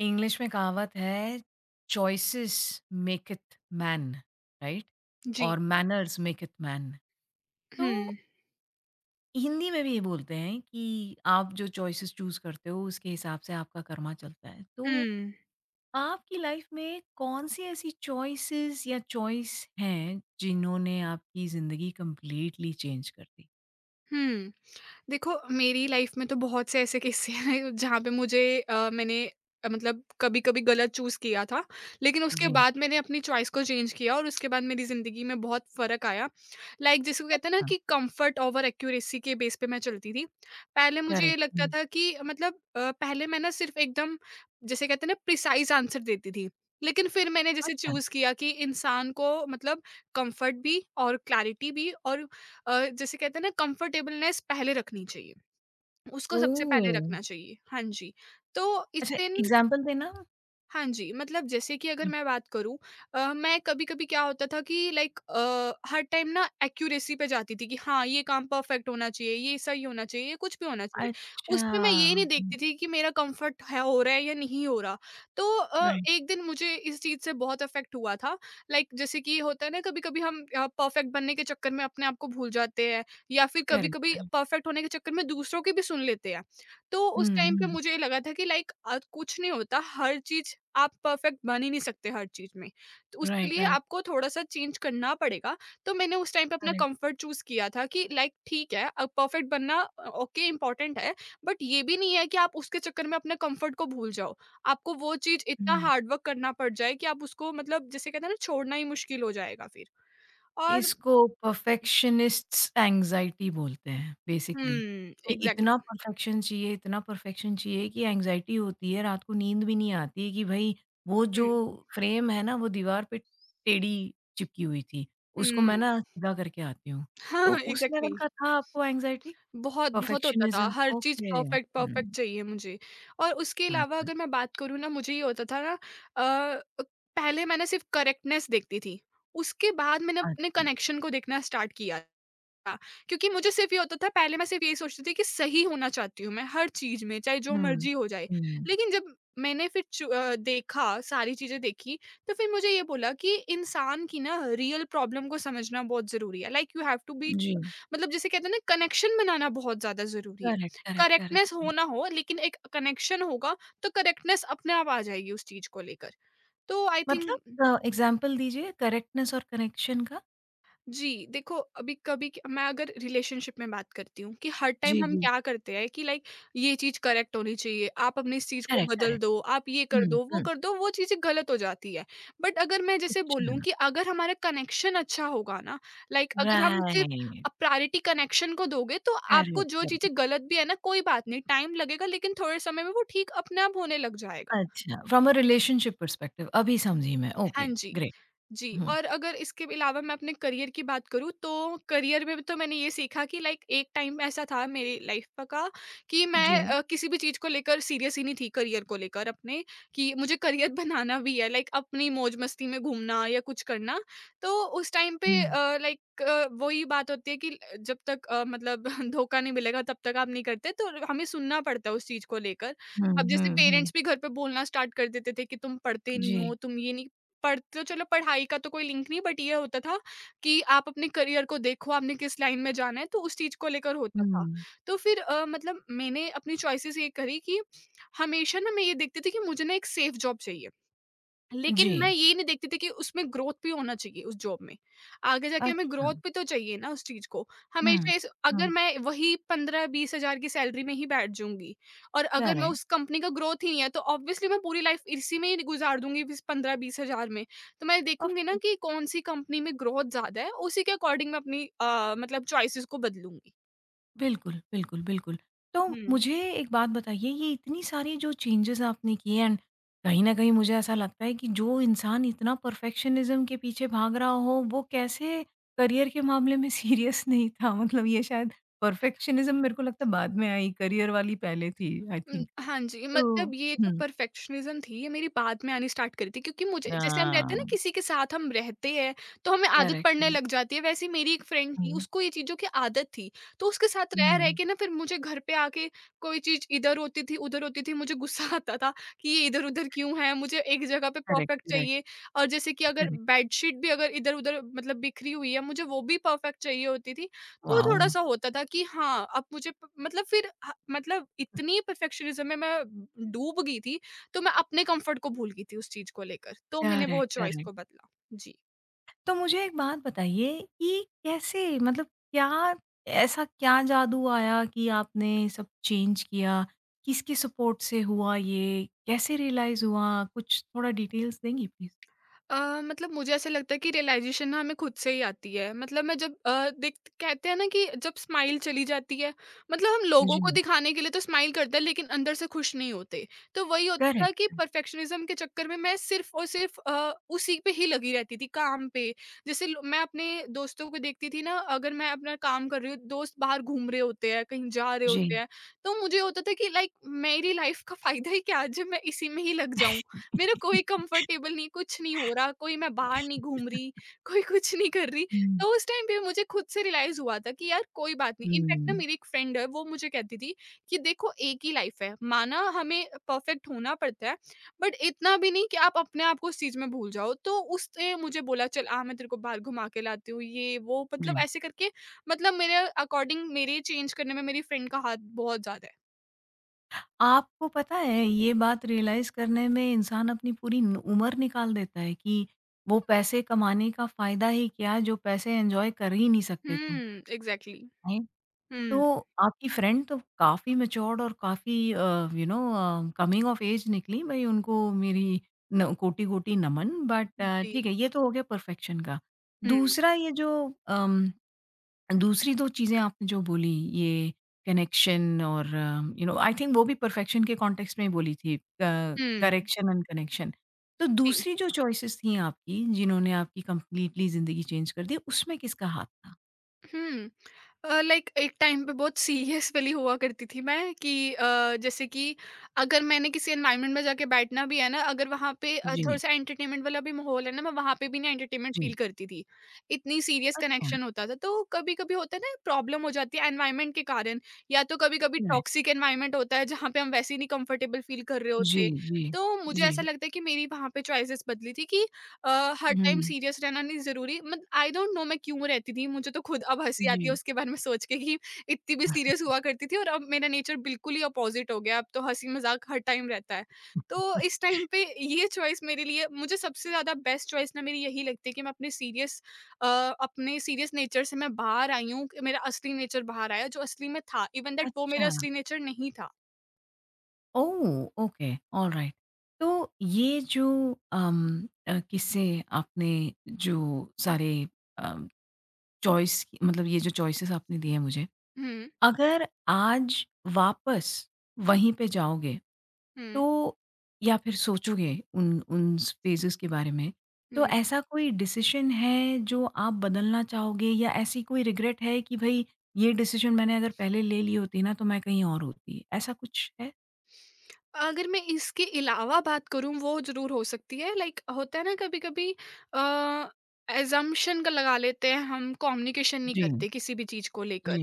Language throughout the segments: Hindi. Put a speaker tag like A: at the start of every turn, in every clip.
A: इंग्लिश में कहावत है, choices make it man, right?
B: जी।
A: और मैनर्स मेक इट मैन। तो
B: हुँ,
A: हिंदी में भी ये बोलते हैं कि आप जो चॉइसेस चूज करते हो उसके हिसाब से आपका कर्मा चलता है। तो
B: हुँ,
A: आपकी लाइफ में कौन सी ऐसी चॉइसेस या चॉइस हैं जिन्होंने आपकी जिंदगी कंप्लीटली चेंज कर दी?
B: हुँ। देखो, मेरी लाइफ़ में तो बहुत से ऐसे किस्से हैं जहाँ पे मुझे मैंने मतलब कभी-कभी गलत चूज़ किया था। लेकिन उसके
A: जी।
B: बाद मैंने अपनी चॉइस को चेंज किया और उसके बाद मेरी ज़िंदगी में बहुत फ़र्क आया। लाइक जिसको कहते हैं ना
A: अच्छा।
B: कि कम्फ़र्ट ओवर एक्यूरेसी के बेस पे मैं चलती थी। पहले मुझे
A: करेक्ट।
B: ये लगता
A: हम्म।
B: था कि मतलब पहले मैं ना सिर्फ़ एकदम जिसे कहते हैं ना प्रिसाइज़ आंसर देती थी। लेकिन फिर मैंने जैसे
A: अच्छा।
B: चूज़ किया कि इंसान को मतलब कम्फ़र्ट भी और क्लैरिटी भी और जैसे कहते हैं ना कंफर्टेबलनेस पहले रखनी चाहिए, उसको सबसे पहले
A: ओह।
B: रखना चाहिए। हाँ जी। तो
A: अच्छा,
B: इससे
A: एग्जांपल देना।
B: हाँ जी, मतलब जैसे कि अगर मैं बात करूँ मैं कभी-कभी क्या होता था कि लाइक हर टाइम ना एक्यूरेसी पे जाती थी कि हाँ, ये काम परफेक्ट होना चाहिए, ये सही होना चाहिए, ये कुछ भी होना चाहिए।
A: अच्छा।
B: उसमें मैं ये नहीं देखती थी कि मेरा कम्फर्ट है, हो रहा है या नहीं हो रहा। तो
A: राइट।
B: एक दिन मुझे इस चीज़ से बहुत इफ़ेक्ट हुआ था। लाइक जैसे कि होता है ना, कभी-कभी हम परफेक्ट बनने के चक्कर में अपने आप को भूल जाते हैं, या फिर
A: करेक्ट,
B: कभी-कभी
A: करेक्ट।
B: परफेक्ट होने के चक्कर में दूसरों की भी सुन लेते हैं। तो उस
A: हुँ,
B: टाइम पे
A: हुँ।
B: मुझे ये लगा था कि लाइक कुछ नहीं होता, हर चीज़ आप परफ़ेक्ट बन ही नहीं सकते हर चीज़ में। तो उसके
A: राइट,
B: लिए
A: राइट।
B: आपको थोड़ा-सा चेंज करना पड़ेगा। तो मैंने उस टाइम पे अपना
A: करेक्ट।
B: कम्फ़र्ट चूज़ किया था कि लाइक ठीक है, अब परफ़ेक्ट बनना ओके, इम्पोर्टेंट है, बट ये भी नहीं है कि आप उसके चक्कर में अपने कम्फ़र्ट को भूल जाओ। आपको वो चीज़ इतना
A: हुँ।
B: हार्ड वर्क करना पड़ जाए कि आप उसको मतलब जिसे कहते हैं ना, छोड़ना ही मुश्किल हो जाएगा फिर। और।
A: इसको परफेक्शनिस्ट्स एंग्ज़ायटी बोलते हैं बेसिकली
B: हुँ,
A: कि
B: एग्ज़ैक्टली।
A: इतना परफेक्शन चाहिए कि एंग्ज़ायटी होती है, रात को नींद भी नहीं आती कि भई वो जो
B: हुँ,
A: फ्रेम है ना, वो दीवार पे टेढ़ी चिपकी हुई थी, उसको
B: हुँ।
A: मैं ना सीधा करके आती हूँ। तो
B: हाँ,
A: उस लेवल
B: एग्ज़ैक्टली।
A: का था आपको एंग्ज़ायटी?
B: बहुत, बहुत होता था,
A: परफेक्शनिज़्म,
B: हर चीज़
A: ओके।
B: परफ़ेक्ट परफ़ेक्ट
A: हुँ।
B: चाहिए मुझे। और उसके अलावा
A: अच्छा,
B: अगर मैं बात करूँ ना, मुझे ये होता था ना। अ, पहले मैं ना सिर्फ़ करेक्टनेस देखती थी, उसके बाद मैंने अपने
A: अच्छा।
B: कनेक्शन को देखना स्टार्ट किया। था। क्योंकि मुझे सिर्फ़ ये होता था, पहले मैं सिर्फ़ यही सोचती थी कि सही होना चाहती हूँ मैं हर चीज़ में, चाहे जो
A: हुँ।
B: मर्ज़ी हो जाए।
A: हुँ।
B: लेकिन जब मैंने फिर देखा, सारी चीज़ें देखी, तो फिर मुझे ये बोला कि इंसान की ना रियल प्रॉब्लम को समझना बहुत ज़रूरी है। Like you have to be,
A: जी।
B: मतलब जिसे कहते हैं ना, कनेक्शन बनाना बहुत ज़्यादा ज़रूरी
A: करेक्ट,
B: है।
A: Correct, correct.
B: करेक्टनेस हो ना हो लेकिन एक कनेक्शन होगा, तो करेक्टनेस अपने आप आ जाएगी उस चीज़ को लेकर। तो आई
A: मतलब
B: थिंक।
A: एग्ज़ाम्पल दीजिए करेक्टनेस और कनेक्शन का?
B: जी, देखो, अभी कभी क मैं अगर रिलेशनशिप में बात करती हूँ कि हर
A: जी,
B: टाइम हम
A: जी।
B: क्या करते हैं कि लाइक ये चीज़ करेक्ट होनी चाहिए, आप अपनी इस चीज़ को
A: करेक्ट,
B: बदल
A: करेक्ट।
B: दो, आप ये
A: हुँ, हुँ।
B: कर दो, वो चीज़ें गलत हो जाती है। बट अगर मैं जैसे
A: अच्छा,
B: बोलूँ कि अगर हमारा कनेक्शन अच्छा होगा ना, लाइक अगर हम सिर्फ़
A: राइट।
B: प्रायोरिटी कनेक्शन को दोगे तो आपको
A: करेक्ट,
B: जो
A: करेक्ट।
B: चीज़ें गलत भी है ना, कोई बात नहीं, टाइम लगेगा लेकिन थोड़े समय में वो ठीक अपने आप होने लग जाएगा।
A: अच्छा, फ्रॉम अ रिलेशनशिप पर्सपेक्टिव अभी समझी मैं।
B: हाँ
A: ओके,
B: जी।
A: ग्रेट।
B: जी,
A: हुँ।
B: और अगर इसके अलावा मैं अपने करियर की बात करूँ तो करियर में भी तो मैंने ये सीखा कि लाइक एक टाइम ऐसा था मेरी लाइफ़ का कि मैं
A: जी।
B: किसी भी चीज़ को लेकर सीरियस ही नहीं थी करियर को लेकर अपने, कि मुझे करियर बनाना भी है, लाइक अपनी मौज-मस्ती में घूमना या कुछ करना। तो उस टाइम पे
A: हुँ,
B: लाइक वही बात होती है कि जब तक मतलब धोखा नहीं मिलेगा, तब तक आप नहीं करते, तो हमें सुनना पड़ता है उस चीज़ को लेकर।
A: हुँ,
B: अब जैसे
A: हुँ, हुँ।
B: पेरेंट्स भी घर पे बोलना स्टार्ट कर देते थे कि तुम पढ़ते नहीं
A: जी।
B: हो, तुम ये नहीं पढ़, तो चलो पढ़ाई का तो कोई लिंक नहीं, बट ये होता था कि आप अपने करियर को देखो, आपने किस लाइन में जाना है, तो उस चीज़ को लेकर होता था।
A: हुँ,
B: तो फिर मतलब मैंने अपनी चॉइसेस ये करी कि हमेशा ना मैं ये देखती थी कि मुझे ना एक सेफ जॉब चाहिए। लेकिन मैं
A: जी।
B: ये नहीं देखती थी कि उसमें ग्रोथ भी होना चाहिए उस जॉब में। आगे जाके हमें
A: अच्छा।
B: ग्रोथ भी तो चाहिए ना उस चीज़ को।
A: हुँ,
B: हमेशा इस, अगर
A: हुँ।
B: मैं वही 15-20 हज़ार की सैलरी में ही बैठ जाऊँगी और अगर मैं
A: करेक्ट,
B: उस कंपनी का ग्रोथ ही नहीं है, तो ऑब्वियसली मैं पूरी लाइफ़ इसी में ही गुज़ार दूँगी इस 15-20 हज़ार में। तो मैं
A: ऑफ
B: देखूँगी ना
A: कोर्स।
B: कि कौन-सी कंपनी में ग्रोथ ज़्यादा है, उसी के अकॉर्डिंग मैं अपनी मतलब चॉइसेस को बदलूँगी।
A: बिल्कुल, बिल्कुल, बिल्कुल। तो
B: हुँ।
A: मुझे एक बात बताइए, ये इतनी सारी जो चेंजेज़ आपने किए एंड कहीं न कहीं मुझे ऐसा लगता है कि जो इंसान इतना परफेक्शनिज़्म के पीछे भाग रहा हो वो कैसे करियर के मामले में सीरियस नहीं था? मतलब ये शायद परफेक्शनिज़्म मेरे को लगता है बाद में आई, करियर वाली पहले थी आई थिंक।
B: हाँ जी,
A: तो
B: मतलब ये जो
A: हुँ।
B: परफेक्शनिज़्म थी, ये मेरी बाद में आनी स्टार्ट करी थी क्योंकि मुझे जैसे हम रहते हैं ना,
A: हाँ।
B: किसी के साथ हम रहते हैं, तो हमें आदत
A: करेक्ट,
B: पड़ने
A: करेक्ट।
B: लग जाती है, वैसे ही मेरी एक फ्रेंड थी,
A: हुँ,
B: उसको ये चीज़ों की आदत थी। तो उसके साथ रह, रह
A: हुँ।
B: के ना, फिर मुझे घर पे आके कोई चीज़ इधर होती थी, उधर होती थी, मुझे गुस्सा आता था कि ये इधर-उधर क्यों है, मुझे एक जगह पे
A: करेक्ट,
B: परफेक्ट
A: करेक्ट,
B: चाहिए। और जैसे कि अगर
A: करेक्ट।
B: बेडशीट भी अगर इधर-उधर मतलब बिखरी हुई है, मुझे वो भी परफेक्ट चाहिए होती थी। तो
A: वॉव!
B: थोड़ा-सा होता था कि हाँ, अब मुझे प मतलब फिर ह मतलब इतनी परफेक्शनिज़्म में मैं डूब गई थी, तो मैं अपने कम्फर्ट को भूल गई थी उस चीज़ को लेकर। तो मैंने वो
A: करेक्ट,
B: चॉइस
A: करेक्ट।
B: को बदला। जी।
A: तो मुझे एक बात बताइए कि कैसे, मतलब क्या, ऐसा क्या जादू आया कि आपने सब चेंज किया? किसके सपोर्ट से हुआ ये? कैसे रियलाइज़ हुआ? कुछ थोड़ा डिटेल्स देंगी प्लीज़?
B: अ, मतलब मुझे ऐसा लगता है कि रियलाइजेशन ना हमें खुद से ही आती है, मतलब मैं जब अ, देख कहते हैं ना कि जब स्माइल चली जाती है, मतलब हम लोगों को
A: जी,
B: दिखाने के लिए तो स्माइल करते हैं लेकिन अंदर से खुश नहीं होते। तो वही होता था कि
A: करेक्ट।
B: परफेक्शनिज्म के चक्कर में मैं सिर्फ और सिर्फ उसी पे ही लगी रहती थी काम पे। जैसे मैं अपने दोस्तों को देखती थी ना, अगर मैं अपना काम कर रही हूँ, दोस्त बाहर घूम रहे होते हैं, कहीं जा रहे
A: जी।
B: होते हैं, तो मुझे होता था कि लाइक मेरी लाइफ का फायदा ही क्या है जब मैं इसी में ही लग जाऊं, मेरा कोई कंफर्टेबल नहीं, कुछ नहीं हो रहा, कोई मैं बाहर नहीं घूम रही, कोई कुछ नहीं कर रही।
A: हुँ,
B: तो उस टाइम पे मुझे खुद से रियलाइज़ हुआ था कि यार कोई बात नहीं, इनफैक्ट ना
A: हुँ।
B: मेरी एक फ्रेंड है, वो मुझे कहती थी कि देखो, एक ही लाइफ है, माना हमें परफेक्ट होना पड़ता है, बट इतना भी नहीं कि आप अपने आप को उस चीज़ में भूल जाओ। तो उसने मुझे बोला चल आ, मैं तेरे को बाहर घुमा के लाती हूँ, ये वो मतलब
A: जी।
B: ऐसे करके मतलब मेरे अकॉर्डिंग मेरे चेंज करने में मेरी फ्रेंड का हाथ बहुत ज़्यादा है।
A: आपको पता है ये बात रियलाइज़ करने में इंसान अपनी पूरी न उम्र निकाल देता है कि वो पैसे कमाने का फ़ायदा ही क्या जो पैसे एन्जॉय कर ही नहीं सकते तुम।
B: हुँ, एग्ज़ैक्टली।
A: तो
B: हुँ,
A: आपकी फ्रेंड तो काफ़ी मैच्योर्ड और काफ़ी you know coming of age निकली। भई उनको मेरी न कोटि-कोटि नमन, बट
B: जी।
A: ठीक है, ये तो हो गया परफेक्शन का।
B: हुँ,
A: दूसरा ये जो अम, दूसरी 2 चीज़ें आपने जो बोली, ये कनेक्शन और यू नो, आई थिंक वो भी परफेक्शन के कॉन्टेक्स्ट में ही बोली थी, क
B: हुँ,
A: करेक्शन एंड कनेक्शन। तो
B: जी।
A: दूसरी जो चॉइसेस थी आपकी जिन्होंने आपकी कंप्लीटली ज़िंदगी चेंज कर दी, उसमें किसका हाथ था?
B: हुँ। लाइक एक टाइम पे बहुत सीरियस वाली हुआ करती थी मैं कि जैसे कि अगर मैंने किसी एनवायरनमेंट में जाके बैठना भी है ना, अगर वहाँ पे
A: जी,
B: थोड़ा-सा एंटरटेनमेंट वाला भी माहौल है ना, मैं वहाँ पे भी ना एंटरटेनमेंट फ़ील
A: जी।
B: करती थी। इतनी सीरियस
A: अच्छा।
B: कनेक्शन होता था। तो कभी-कभी होता है ना, प्रॉब्लम हो जाती है एनवायरनमेंट के कारण, या तो कभी-कभी टॉक्सिक एनवायरनमेंट होता है जहाँ पे हम वैसे ही नहीं कंफर्टेबल फ़ील कर रहे
A: जी,
B: होते।
A: जी,
B: तो मुझे
A: जी।
B: ऐसा लगता है कि मेरी वहाँ पे चॉइसेस बदली थी कि अ, हर टाइम
A: हुँ,
B: सीरियस रहना नहीं ज़रूरी, मत आई डोंट नो मैं क्यों रहती थी, मुझे तो खुद अब हँसी
A: जी।
B: आती है उसके बारे में सोच के कि इतनी भी सीरियस हुआ करती थी, और अब मेरा नेचर बिल्कुल ही अपोज़िट हो गया है, अब तो हँसी-मज़ाक हर टाइम रहता है। तो इस टाइम पे ये चॉइस मेरे लिए, मुझे सबसे ज़्यादा बेस्ट चॉइस ना मेरी यही लगती है कि मैं अ, अपने सीरियस नेचर से मैं बाहर आई हूँ, कि मेरा असली नेचर बाहर आया जो असली में था, इवन दैट वो
A: अच्छा,
B: मेरा असली नेचर नहीं था।
A: ओह! Okay, alright. तो ये जो किस्से आपने जो सारे अ, चॉइस मतलब ये जो चॉइसेस आपने दिए हैं मुझे,
B: हुँ,
A: अगर आज वापस वहीं पे जाओगे
B: हुँ,
A: तो या फिर सोचोगे उन उन स्पेसेस के बारे में, तो
B: हुँ।
A: ऐसा कोई डिसीज़न है जो आप बदलना चाहोगे या ऐसी कोई रिग्रेट है कि भई ये डिसीज़न मैंने अगर पहले ले ली होती ना तो मैं कहीं और होती, ऐसा कुछ है?
B: अगर मैं इसके अलावा बात करूँ वो ज़रूर हो सकती है, लाइक होता है ना कभी-कभी अ, असम्पशन का लगा लेते हैं हम, कम्युनिकेशन नहीं
A: जी,
B: करते किसी भी चीज़ को
A: जी,
B: लेकर।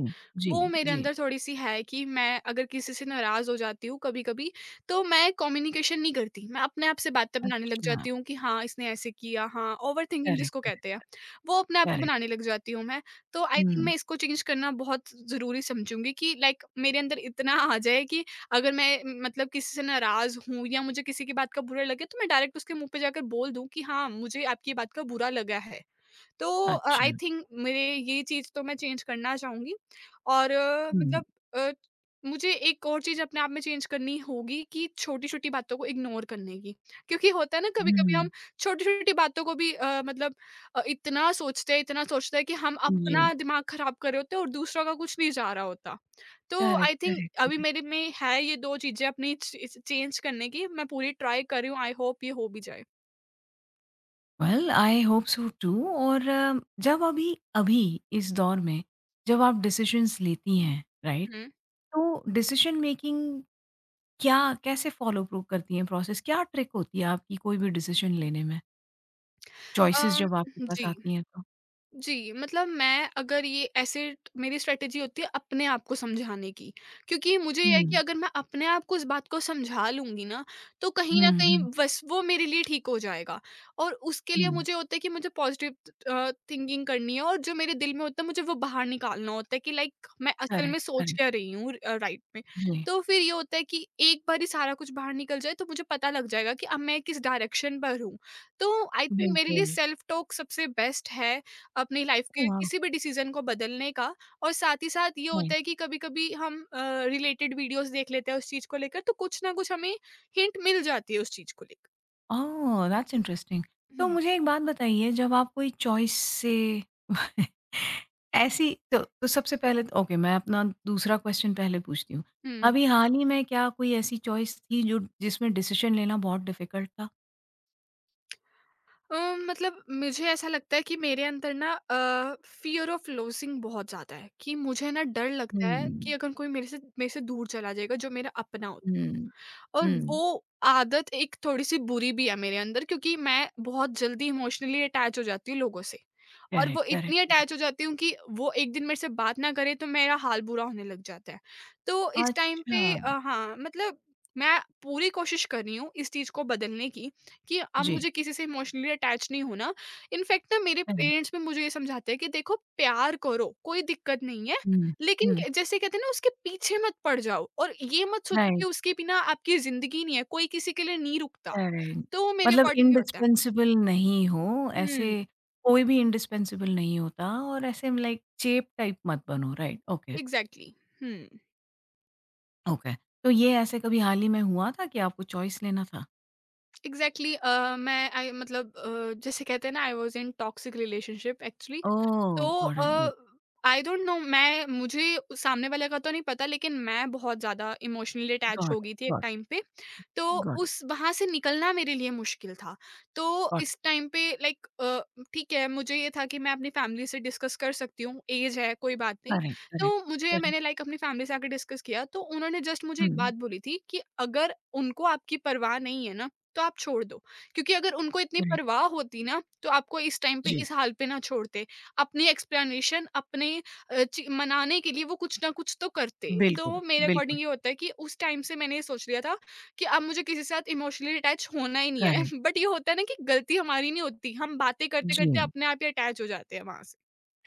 A: जी,
B: वो मेरे
A: जी।
B: अंदर थोड़ी-सी है कि मैं अगर किसी से नाराज़ हो जाती हूँ कभी-कभी, तो मैं कम्युनिकेशन नहीं करती। मैं अपने आप से बातें बनाने लग
A: अच्छा,
B: जाती हूँ कि हाँ, इसने ऐसे किया, हाँ, ओवरथिंकिंग
A: करेक्ट,
B: जिसको कहते हैं।
A: करेक्ट,
B: वो अपने आप ही
A: करेक्ट।
B: बनाने लग जाती हूँ मैं। तो आई थिंक
A: हुँ,
B: मैं इसको चेंज करना बहुत ज़रूरी समझूँगी कि लाइक मेरे अंदर इतना आ जाए कि अगर मैं मतलब किसी से नाराज़ हूँ या मुझे किसी की बात का बुरा लगे, तो मैं डायरेक्ट उसके मुँह पे जाकर बोल दूँ कि हाँ, मुझे आपकी ये बात का बुरा लगा है। तो आई
A: अच्छा।
B: थिंक मेरे ये चीज़ तो मैं चेंज करना चाहूँगी और
A: हुँ,
B: मतलब, अ, मुझे एक और चीज़ अपने आप में चेंज करनी होगी कि छोटी-छोटी बातों को इग्नोर करने की। क्योंकि होता है ना, कभी-कभी
A: हुँ,
B: हम छोटी-छोटी बातों को भी, मतलब, इतना सोचते हैं कि हम
A: जी,
B: अपना दिमाग खराब कर रहे होते हैं, और दूसरों का कुछ नहीं जा रहा होता। तो
A: करेक्ट,
B: आई थिंक,
A: करेक्ट,
B: अभी
A: करेक्ट।
B: मेरे में है ये 2 चीज़ें अपनी च चेंज करने की। मैं पूरी ट्राई कर रही हूँ, आई होप ये हो भी जाए।
A: Well I hope so too. और जब अभी, अभी इस दौर में, जब आप डिसीज़न्स लेती हैं, राइट?
B: हुँ।
A: तो डिसीजन मेकिंग, क्या कैसे फॉलो थ्रू करती हैं प्रोसेस? क्या ट्रिक होती है आपकी कोई भी डिसीजन लेने में?
B: अ,
A: चॉइसेस जब आपके पास
B: जी।
A: आती हैं तो?
B: जी, मतलब, मैं अगर ये ऐसे, मेरी स्ट्रैटेजी होती है अपने आप को समझाने की, क्योंकि मुझे ये है कि
A: हुँ।
B: अगर मैं अपने आप को इस बात को समझा लूँगी ना, तो कहीं न
A: हुँ,
B: कहीं
A: हुँ,
B: बस वो मेरे लिए ठीक हो जाएगा। और उसके लिए
A: हुँ।
B: मुझे होता है कि मुझे पॉज़िटिव थिंकिंग करनी है, और जो मेरे दिल में होता है मुझे वो बाहर निकालना होता है कि लाइक, मैं असल
A: करेक्ट,
B: में सोच
A: करेक्ट।
B: क्या रही हूँ राइट में।
A: जी,
B: तो फिर ये होता है कि एक बार ही सारा कुछ बाहर निकल जाए तो मुझे पता लग जाएगा कि अब मैं किस डायरेक्शन पर हूँ। तो आई थिंक मेरे लिए
A: बिल्कुल।
B: सेल्फ टॉक सबसे बेस्ट है अपनी लाइफ
A: ओह
B: के
A: वाओ!
B: किसी भी डिसीजन को बदलने का। और साथ ही साथ ये
A: नाइस।
B: होता है कि कभी-कभी हम रिलेटेड वीडियोस देख लेते हैं उस चीज को लेकर, तो कुछ ना कुछ हमें हिंट मिल जाती है उस चीज को लेकर।
A: ओह! That's interesting. तो
B: हुँ,
A: मुझे एक बात बताइए, जब आप कोई चॉइस से ऐसी, तो सबसे पहले तो ओके, मैं अपना दूसरा क्वेश्चन पहले पूछती हूँ।
B: हुँ।
A: अभी हाल ही में क्या कोई ऐसी चॉइस थी जो जिसमें डिसीजन लेना बहुत डिफिकल्ट था?
B: अ, मतलब, मुझे ऐसा लगता है कि मेरे अंदर ना, फ़ियर ऑफ लॉसिंग बहुत ज़्यादा है, कि मुझे ना डर लगता है कि
A: हुँ।
B: अगर कोई मेरे से दूर चला जाएगा, जो मेरा अपना होता है।
A: हुँ,
B: और
A: हुँ।
B: वो आदत एक थोड़ी-सी बुरी भी है मेरे अंदर, क्योंकि मैं बहुत जल्दी इमोशनली अटैच हो जाती हूँ लोगों से। और वो
A: करेक्ट, करेक्ट,
B: इतनी
A: करेक्ट।
B: अटैच हो जाती हूँ कि वो एक दिन मेरे से बात ना करे तो मेरा हाल बुरा होने लग जाता है। तो इस टाइम पे
A: अच्छा,
B: हाँ, मतलब, मैं पूरी कोशिश कर रही हूँ इस चीज़ को बदलने की, कि अब
A: जी,
B: मुझे किसी से इमोशनली अटैच नहीं होना। इनफैक्ट ना, मेरे
A: करेक्ट।
B: पेरेंट्स भी मुझे ये समझाते हैं कि देखो, प्यार करो, कोई दिक्कत नहीं है।
A: हुँ,
B: लेकिन
A: हुँ।
B: क जैसे कहते हैं ना, उसके पीछे मत पड़ जाओ, और ये मत सोचो कि
A: राइट,
B: उसके बिना आपकी ज़िंदगी नहीं है, कोई किसी के लिए नहीं रुकता।
A: करेक्ट।
B: तो वो मेरे
A: मतलब
B: अकॉर्डिंग ही होता है।
A: इंडिस्पेंसेबल नहीं हो, ऐसे
B: हुँ,
A: कोई भी इंडिस्पेंसेबल नहीं होता, और ऐसे लाइक चेप टाइप मत बनो, राइट? Okay,
B: exactly. हुँ,
A: ओके। तो ये ऐसे कभी हाल ही में हुआ था कि आपको चॉइस लेना था?
B: एग्ज़ैक्टली। मैं आई मतलब, जैसे कहते हैं ना, I was in toxic relationship, actually.
A: Oh!
B: तो
A: got it, good.
B: I don't know, मैं मुझे उस सामने वाले का तो नहीं पता, लेकिन मैं बहुत ज़्यादा इमोशनली अटैच्ड
A: गॉट
B: हो
A: इट,
B: गई थी एक
A: गॉट इट,
B: टाइम पे। तो
A: गॉट इट,
B: उस वहाँ से निकलना मेरे लिए मुश्किल था। तो
A: गॉट इट।
B: इस टाइम पे लाइक, ठीक है, मुझे ये था कि मैं अपनी फैमिली से डिस्कस कर सकती हूँ, ऐज है कोई बात नहीं।
A: करेक्ट, करेक्ट,
B: तो मुझे
A: करेक्ट।
B: मैंने लाइक अपनी फैमिली से आके डिस्कस किया, तो उन्होंने जस्ट मुझे एक
A: हुँ,
B: बात बोली थी कि अगर उनको आपकी परवाह नहीं है ना, तो आप छोड़ दो। क्योंकि अगर उनको इतनी
A: करेक्ट।
B: परवाह होती ना, तो आपको इस टाइम पे
A: जी,
B: इस हाल पे ना छोड़ते। अपनी एक्सप्लेनेशन, अपने अ, चि मनाने के लिए वो कुछ ना कुछ तो करते।
A: बिल्कुल,
B: तो मेरे
A: बिल्कुल।
B: अकॉर्डिंग ये होता है कि उस टाइम से मैंने ये सोच लिया था कि अब मुझे किसी के साथ इमोशनली अटैच होना ही नहीं है।
A: करेक्ट,
B: बट ये होता है ना, कि गलती हमारी नहीं होती, हम बातें
A: जी।
B: करते-करते अपने आप ही अटैच हो जाते हैं वहाँ से।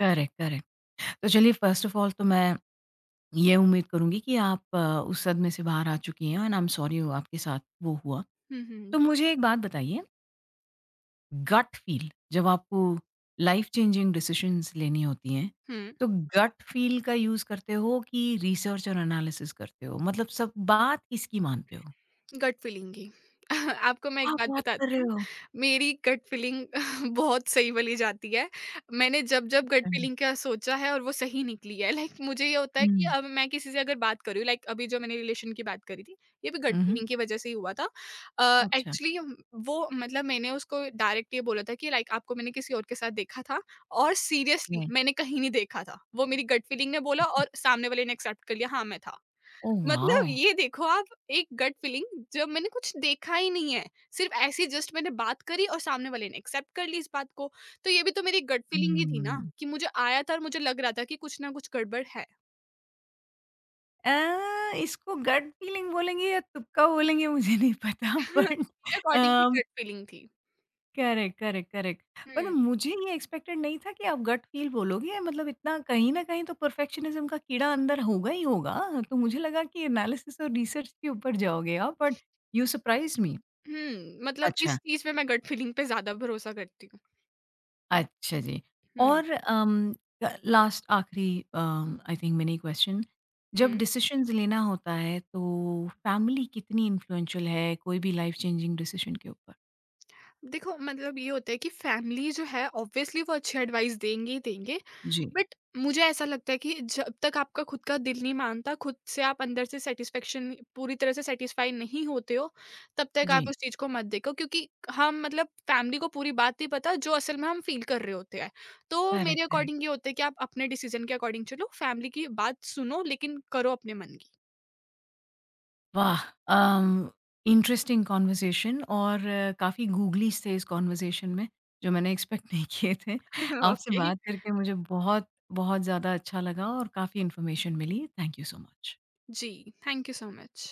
A: Correct, correct. तो चलिए, फ़र्स्ट ऑफ़ ऑल तो मैं ये उम्मीद करूँगी कि आप उस सदमे से बाहर आ चुकी हैं एंड आई एम सॉरी आपके साथ वो हुआ।
B: हुँ,
A: तो
B: हुँ।
A: मुझे एक बात बताइए, गट फ़ील, जब आपको लाइफ़ चेंजिंग डिसीज़न्स लेनी होती हैं,
B: हुँ।
A: तो गट फ़ील का यूज़ करते हो कि रिसर्च और एनालिसिस करते हो? मतलब सब बात किसकी मानते हो?
B: गट फीलिंग ही। आपको मैं
A: क्या
B: एक बात
A: बात कर
B: बताती
A: रहे
B: हूँ,
A: हो?
B: मेरी गट फीलिंग बहुत सही वाली जाती है। मैंने जब-जब गट
A: अच्छा।
B: फीलिंग का सोचा है और वो सही निकली है, लाइक, मुझे ये होता है कि
A: हुँ।
B: अब मैं किसी से अगर बात कर रही हूँ, लाइक, अभी जो मैंने रिलेशन की बात करी थी, ये भी गट
A: हुँ, हुँ।
B: फीलिंग की वजह से ही हुआ था।
A: अच्छा,
B: एक्चुअली, वो मतलब, मैंने उसको डायरेक्ट ये बोला था कि लाइक, आपको मैंने किसी और के साथ देखा था, और सीरियसली
A: राइट।
B: मैंने कहीं नहीं देखा था। वो मेरी गट फीलिंग ने बोला, और सामने वाले ने एक्सेप्ट कर लिया, हाँ, मैं था।
A: Oh wow!
B: मतलब, ये देखो, आप एक गट फीलिंग, जब मैंने कुछ देखा ही नहीं है, सिर्फ ऐसे जस्ट मैंने बात करी और सामने वाले ने एक्सेप्ट कर ली इस बात को, तो ये भी तो मेरी गट फीलिंग ही थी ना,
A: हुँ।
B: कि मुझे आया था और मुझे लग रहा था कि कुछ ना कुछ गड़बड़ है।
A: इसको गट फीलिंग बोलेंगे या तुक्का बोलेंगे मुझे नहीं पता, बट अ,
B: अकॉर्डिंग की गट फीलिंग थी।
A: Correct, correct, correct. पर
B: हम्म।
A: मुझे ये एक्सपेक्टेड नहीं था कि आप गट फील बोलोगे, मतलब इतना कहीं न कहीं तो परफेक्शनिज़्म का कीड़ा अंदर होगा ही होगा। तो मुझे लगा कि एनालिसिस और रिसर्च के ऊपर जाओगे आप, बट यू सरप्राइज़्ड मी।
B: हम्म, मतलब,
A: अच्छा।
B: इस चीज में मैं गट फीलिंग पे ज्यादा भरोसा करती हूँ।
A: अच्छा जी।
B: हम्म।
A: और लास्ट आखिरी आई थिंक मिनी क्वेश्चन, जब
B: हम्म।
A: डिसीशंस लेना होता है तो फैमिली कितनी इन्फ्लुएंशियल है कोई भी लाइफ चेंजिंग डिसीजन के ऊपर?
B: देखो, मतलब ये होता है कि फैमिली जो है, ऑब्वियसली वो अच्छी एडवाइस देंगे ही देंगे,
A: जी,
B: बट मुझे ऐसा लगता है कि जब तक आपका खुद का दिल नहीं मानता, खुद से आप अंदर से सेटिस्फेक्शन पूरी तरह से सेटिस्फाई नहीं होते हो, तब तक आप
A: जी।
B: उस चीज को मत देखो, क्योंकि हम, मतलब फैमिली को पूरी बात नहीं पता जो असल में हम फील कर रहे होते हैं, तो
A: करेक्ट,
B: मेरे
A: करेक्ट।
B: अकॉर्डिंग ये होता है कि आप अपने डिसीजन के अकॉर्डिंग चलो, फैमिली की बात सुनो, लेकिन करो अपने मन की।
A: वाह! अम, इंटरेस्टिंग कन्वर्सेशन और काफ़ी गूगलीज़ थे इस कन्वर्सेशन में जो मैंने एक्सपेक्ट नहीं किए थे। आपसे
B: ओके।
A: बात करके मुझे बहुत, बहुत ज़्यादा अच्छा लगा और काफ़ी इन्फॉर्मेशन मिली। Thank you so much.
B: जी, थैंक यू सो मच।